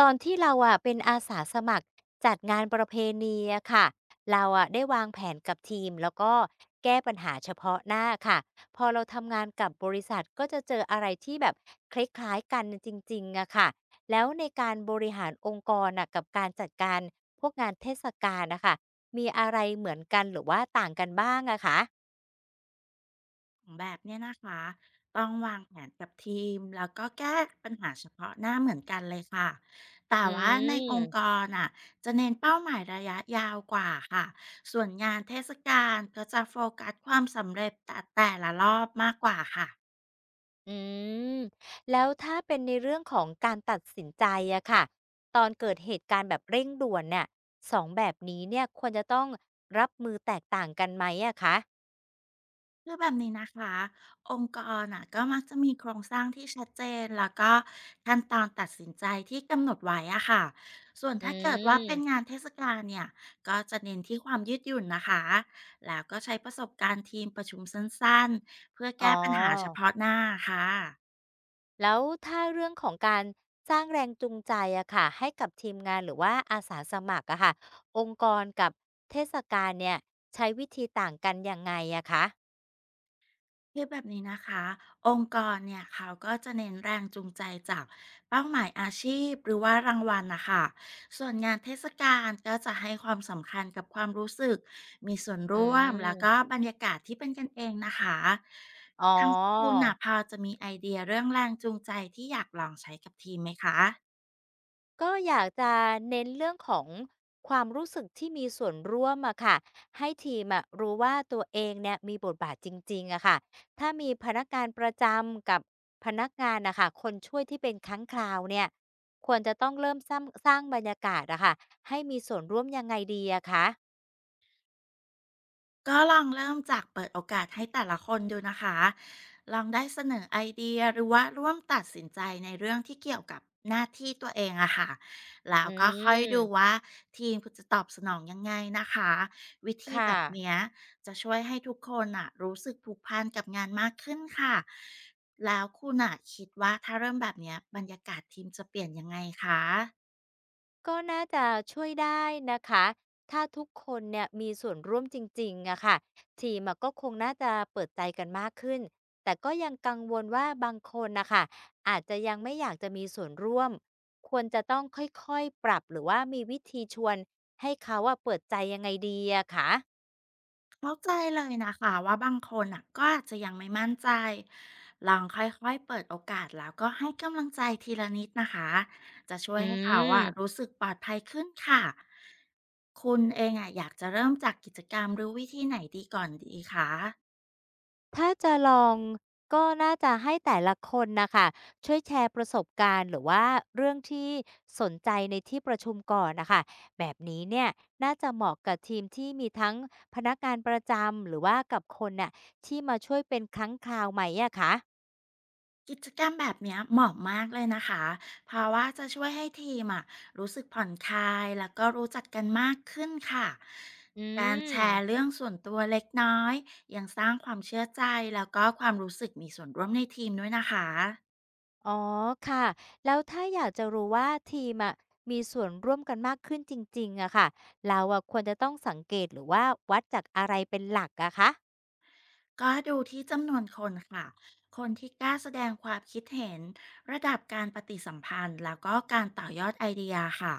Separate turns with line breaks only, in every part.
ตอนที่เราอะเป็นอาสาสมัครจัดงานประเพณีอะค่ะเราอะได้วางแผนกับทีมแล้วก็แก้ปัญหาเฉพาะหน้าค่ะพอเราทำงานกับบริษัทก็จะเจออะไรที่แบบคล้ายๆกันจริงๆอะค่ะแล้วในการบริหารองค์กรน่ะกับการจัดการพวกงานเทศกาลนะคะมีอะไรเหมือนกันหรือว่าต่างกันบ้างอะคะ
แบบเนี้ยนะคะต้องวางแผนกับทีมแล้วก็แก้ปัญหาเฉพาะหน้าเหมือนกันเลยค่ะแต่
อื
ว่าในองค์ก
ม
รอ่ะจะเน้นเป้าหมายระยะยาวกว่าค่ะส่วนงานเทศกาลก็จะโฟกัสความสำเร็จแต่ละรอบมากกว่าค่ะ
อืมแล้วถ้าเป็นในเรื่องของการตัดสินใจอะค่ะตอนเกิดเหตุการณ์แบบเร่งด่วนเนี่ยสองแบบนี้เนี่ยควรจะต้องรับมือแตกต่างกันไหมอะคะ
คือแบบนี้นะคะองค์กรน่ะก็มักจะมีโครงสร้างที่ชัดเจนแล้วก็ขั้นตอนตัดสินใจที่กำหนดไว้อะค่ะส่วน
อื
ถ้าเกิดว่าเป็นงา
ม
นเทศกาลเนี่ยก็จะเน้นที่ความยืดหยุ่นนะคะแล้วก็ใช้ประสบการณ์ทีมประชุมสั้นๆเพื่อ
อ๋
แก้ปัญหาเฉ
อ
พาะหน้าค่ะ
แล้วถ้าเรื่องของการสร้างแรงจูงใจอะค่ะให้กับทีมงานหรือว่าอาสาสมัครอะค่ะองค์กรกับเทศกาลเนี่ยใช้วิธีต่างกันยังไงอะคะ
คือแบบนี้นะคะองค์กรเนี่ยเขาก็จะเน้นแรงจูงใจจากเป้าหมายอาชีพหรือว่ารางวัลนะคะส่วนงานเทศกาลก็จะให้ความสำคัญกับความรู้สึกมีส่วน
อื
ร่วมแล้วก็
ม
บรรยากาศที่เป็นกันเองนะคะ
อ๋อ
ทางคุณนะพอจะมีไอเดียเรื่องแรงจูงใจที่อยากลองใช้กับทีมไหมคะ
ก็อยากจะเน้นเรื่องของความรู้สึกที่มีส่วนร่วมอะค่ะให้ทีมอะรู้ว่าตัวเองเนี่ยมีบทบาทจริงๆอะค่ะถ้ามีพนักงานประจำกับพนักงานนะคะคนช่วยที่เป็นครั้งคราวเนี่ยควรจะต้องเริ่มสร้างบรรยากาศอะค่ะให้มีส่วนร่วมยังไงดีอะคะ
ก็ลองเริ่มจากเปิดโอกาสให้แต่ละคนดูนะคะ ลองได้เสนอไอเดียหรือว่าร่วมตัดสินใจในเรื่องที่เกี่ยวกับหน้าที่ตัวเองอะค่ะแล้ว
อื
ก็ค่อยดูว่า
ม
ทีมคุณจะตอบสนองยังไงนะคะวิธี
ค
แบบเนี้
่ะ
ยจะช่วยให้ทุกคนอะรู้สึกผูกพันกับงานมากขึ้นค่ะแล้วคุณอะคิดว่าถ้าเริ่มแบบเนี้ยบรรยากาศทีมจะเปลี่ยนยังไงคะ
ก็น่าจะช่วยได้นะคะถ้าทุกคนเนี่ยมีส่วนร่วมจริงๆอะค่ะทีมอะก็คงน่าจะเปิดใจกันมากขึ้น แต่ก็ยังกังวลว่าบางคนนะคะอาจจะยังไม่อยากจะมีส่วนร่วม ควรจะต้องค่อยๆปรับหรือว่ามีวิธีชวนให้เขาอะเปิดใจยังไงดีอะคะ
เข้าใจเลยนะคะว่าบางคนอ่ะก็อาจจะยังไม่มั่นใจลองค่อยๆเปิดโอกาสแล้วก็ให้กำลังใจทีละนิดนะคะจะช่วย
อื
ให้เขา
ม
อ่ะรู้สึกปลอดภัยขึ้นค่ะคุณเองอ่ะอยากจะเริ่มจากกิจกรรมหรือวิธีไหนดีก่อนดีคะ
ถ้าจะลองก็น่าจะให้แต่ละคนนะค่ะช่วยแชร์ประสบการณ์หรือว่าเรื่องที่สนใจในที่ประชุมก่อนนะคะแบบนี้เนี่ยน่าจะเหมาะกับทีมที่มีทั้งพนักงานประจำหรือว่ากับคนน่ะที่มาช่วยเป็นครั้งคราวไหมอะคะ
กิจกรรมแบบเนี้ยเหมาะมากเลยนะคะ เพราะว่าจะช่วยให้ทีมอะรู้สึกผ่อนคลายแล้วก็รู้จักกันมากขึ้นค่ะ
อื
การแช
ม
ร์เรื่องส่วนตัวเล็กน้อยยังสร้างความเชื่อใจแล้วก็ความรู้สึกมีส่วนร่วมในทีมด้วยนะคะ
อ๋อค่ะแล้วถ้าอยากจะรู้ว่าทีมอะมีส่วนร่วมกันมากขึ้นจริงๆอะค่ะเราอะควรจะต้องสังเกตหรือว่าวัดจากอะไรเป็นหลักอะคะ
ก็ดูที่จำนวนคนค่ะ คนที่กล้าแสดงความคิดเห็นระดับการปฏิสัมพันธ์แล้วก็การต่อยอดไอเดียค่ะ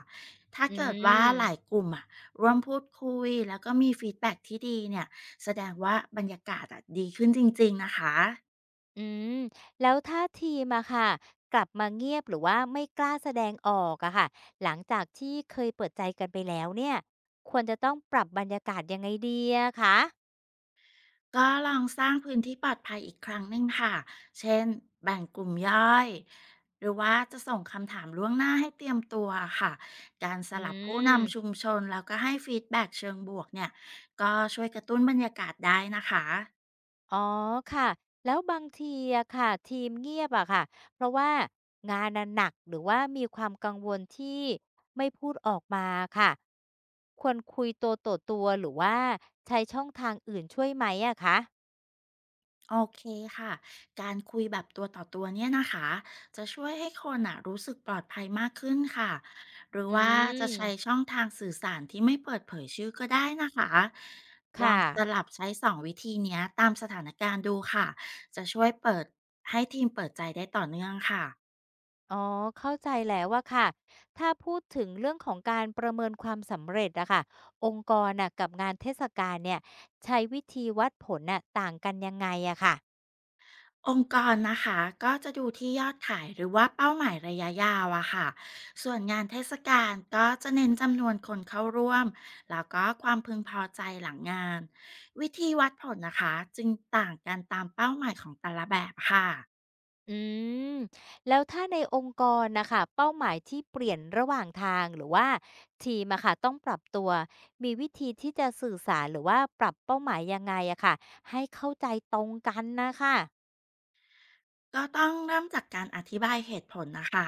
ถ้า
อื
เกิดว่าหลาย
ม
กลุ่มอ่ะร่วมพูดคุยแล้วก็มีฟีดแบ็กที่ดีเนี่ยแสดงว่าบรรยากาศอะดีขึ้นจริงๆนะคะ
อืมแล้วถ้าทีมอะค่ะกลับมาเงียบหรือว่าไม่กล้าแสดงออกอะค่ะหลังจากที่เคยเปิดใจกันไปแล้วเนี่ยควรจะต้องปรับบรรยากาศยังไงดีอะคะ
ก็ลองสร้างพื้นที่ปลอดภัยอีกครั้งหนึ่งค่ะ เช่นแบ่งกลุ่มย่อย หรือว่าจะส่งคำถามล่วงหน้าให้เตรียมตัวค่ะ การส
อื
ลับผู้
ม
นำชุมชนแล้วก็ให้ฟีดแบ็กเชิงบวกเนี่ย ก็ช่วยกระตุ้นบรรยากาศได้นะคะ
อ๋อค่ะแล้วบางทีอะค่ะทีมเงียบอะค่ะเพราะว่างานน่ะหนักหรือว่ามีความกังวลที่ไม่พูดออกมาค่ะควรคุยตัวต่อตัวหรือว่าใช้ช่องทางอื่นช่วยไหมอะคะ
โอเคค่ะ การคุยแบบตัวต่อตัวเนี่ยนะคะ จะช่วยให้คนอ่ะรู้สึกปลอดภัยมากขึ้นค่ะ หรือ
อื
ว่าจะใช้
ม
ช่องทางสื่อสารที่ไม่เปิดเผยชื่อก็ได้นะคะ ลอ
ค่ะ
งสลับใช้สองวิธีเนี้ยตามสถานการณ์ดูค่ะ จะช่วยเปิดให้ทีมเปิดใจได้ต่อเนื่องค่ะ
อ๋อเข้าใจแล้วว่าค่ะถ้าพูดถึงเรื่องของการประเมินความสำเร็จอะค่ะองค์กรน่ะกับงานเทศกาลเนี่ยใช้วิธีวัดผลน่ะต่างกันยังไงอะค่ะ
องค์กรนะคะก็จะดูที่ยอดขายหรือว่าเป้าหมายระยะยาวอะค่ะส่วนงานเทศกาลก็จะเน้นจำนวนคนเข้าร่วมแล้วก็ความพึงพอใจหลังงานวิธีวัดผลนะคะจึงต่างกันตามเป้าหมายของแต่ละแบบค่ะ
อืมแล้วถ้าในองค์กรนะคะเป้าหมายที่เปลี่ยนระหว่างทางหรือว่าทีมอะค่ะต้องปรับตัวมีวิธีที่จะสื่อสารหรือว่าปรับเป้าหมายยังไงอะค่ะให้เข้าใจตรงกันนะคะ
ก็ต้องเริ่มจากการอธิบายเหตุผลนะคะ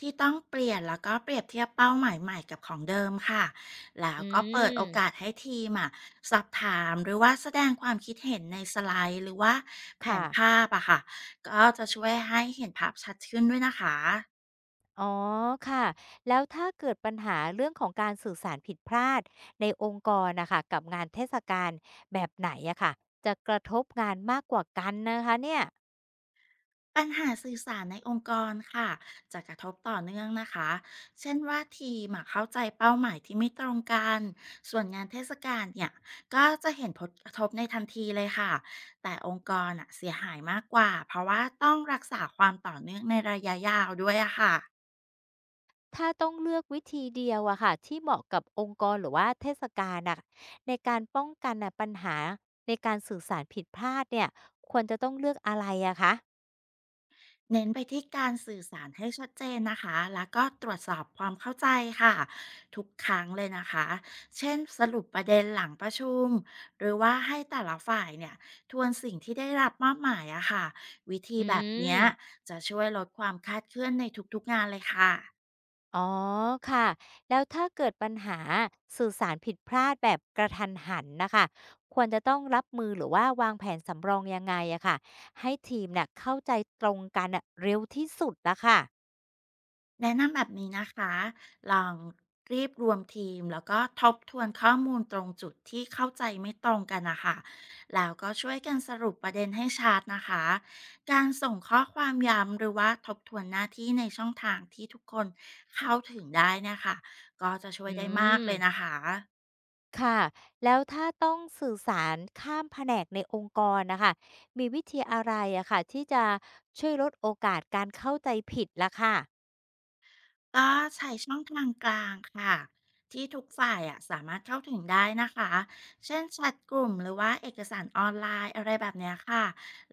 ที่ต้องเปลี่ยนแล้วก็เปรียบเทียบเป้าหมายใหม่กับของเดิมค่ะแล้ว
อื
ก็เปิดโอกาส
ม
ให้ทีมอะสอบถามหรือว่าแสดงความคิดเห็นในสไลด์หรือว่าแผน
ค่ะ
ภาพอะค่ะก็จะช่วยให้เห็นภาพชัดขึ้นด้วยนะคะ
อ๋อค่ะแล้วถ้าเกิดปัญหาเรื่องของการสื่อสารผิดพลาดในองค์กรนะคะกับงานเทศกาลแบบไหนอะค่ะจะกระทบงานมากกว่ากันนะคะเนี่ย
ปัญหาสื่อสารในองค์กรค่ะจะกระทบต่อเนื่องนะคะเช่นว่าทีมอะเข้าใจเป้าหมายที่ไม่ตรงกันส่วนงานเทศกาลเนี่ยก็จะเห็นผลกระทบในทันทีเลยค่ะแต่องค์กรอะเสียหายมากกว่าเพราะว่าต้องรักษาความต่อเนื่องในระยะยาวด้วยอะค่ะ
ถ้าต้องเลือกวิธีเดียวอะค่ะที่เหมาะกับองค์กรหรือว่าเทศกาลอะในการป้องกันอะปัญหาในการสื่อสารผิดพลาดเนี่ยควรจะต้องเลือกอะไรอะคะ
เน้นไปที่การสื่อสารให้ชัดเจนนะคะ แล้วก็ตรวจสอบความเข้าใจค่ะทุกครั้งเลยนะคะ เช่นสรุปประเด็นหลังประชุม หรือว่าให้แต่ละฝ่ายเนี่ยทวนสิ่งที่ได้รับมอบหมายอะค่ะวิธี
อื
แบบเนี้ย
ม
จะช่วยลดความคลาดเคลื่อนในทุกๆงานเลยค่ะ
อ๋อค่ะแล้วถ้าเกิดปัญหาสื่อสารผิดพลาดแบบกระทันหันนะคะควรจะต้องรับมือหรือว่าวางแผนสำรองยังไงอะค่ะให้ทีมเน่ยเข้าใจตรงกันอะเร็วที่สุดอะค่ะ
แนะนำแบบนี้นะคะลองรีบรวมทีมแล้วก็ทบทวนข้อมูลตรงจุดที่เข้าใจไม่ตรงกันนะคะ แล้วก็ช่วยกันสรุปประเด็นให้ชัดนะคะ การส่งข้อความย้ำหรือว่าทบทวนหน้าที่ในช่องทางที่ทุกคนเข้าถึงได้นะคะ ก็จะช่ว
อื
ยได้มาก
ม
เลยนะคะ
ค่ะแล้วถ้าต้องสื่อสารข้ามแผนกในองค์กรนะคะมีวิธีอะไรอะค่ะที่จะช่วยลดโอกาสการเข้าใจผิดล่ะค่ะ
ก็ใช้ช่องทางกลางค่ะที่ทุกฝ่ายอะสามารถเข้าถึงได้นะคะเช่นแชทกลุ่มหรือว่าเอกสารออนไลน์อะไรแบบเนี้ยค่ะ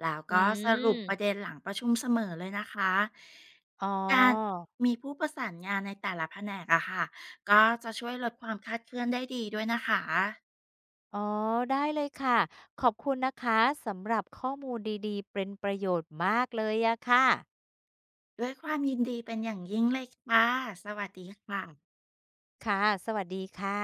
แล้ว
อื
ก็สรุปประ
ม
เด็นหลังประชุมเสมอเลยนะคะ
อ๋อ
การมีผู้ประสานงานในแต่ละแผนกอะค่ะก็จะช่วยลดความคลาดเคลื่อนได้ดีด้วยนะคะ
อ๋อได้เลยค่ะขอบคุณนะคะสำหรับข้อมูลดีๆเป็นประโยชน์มากเลยอะค่ะ
ด้วยความยินดีเป็นอย่างยิ่งเลยค่ะสวัสดีค่ะ
ค่ะสวัสดีค่ะ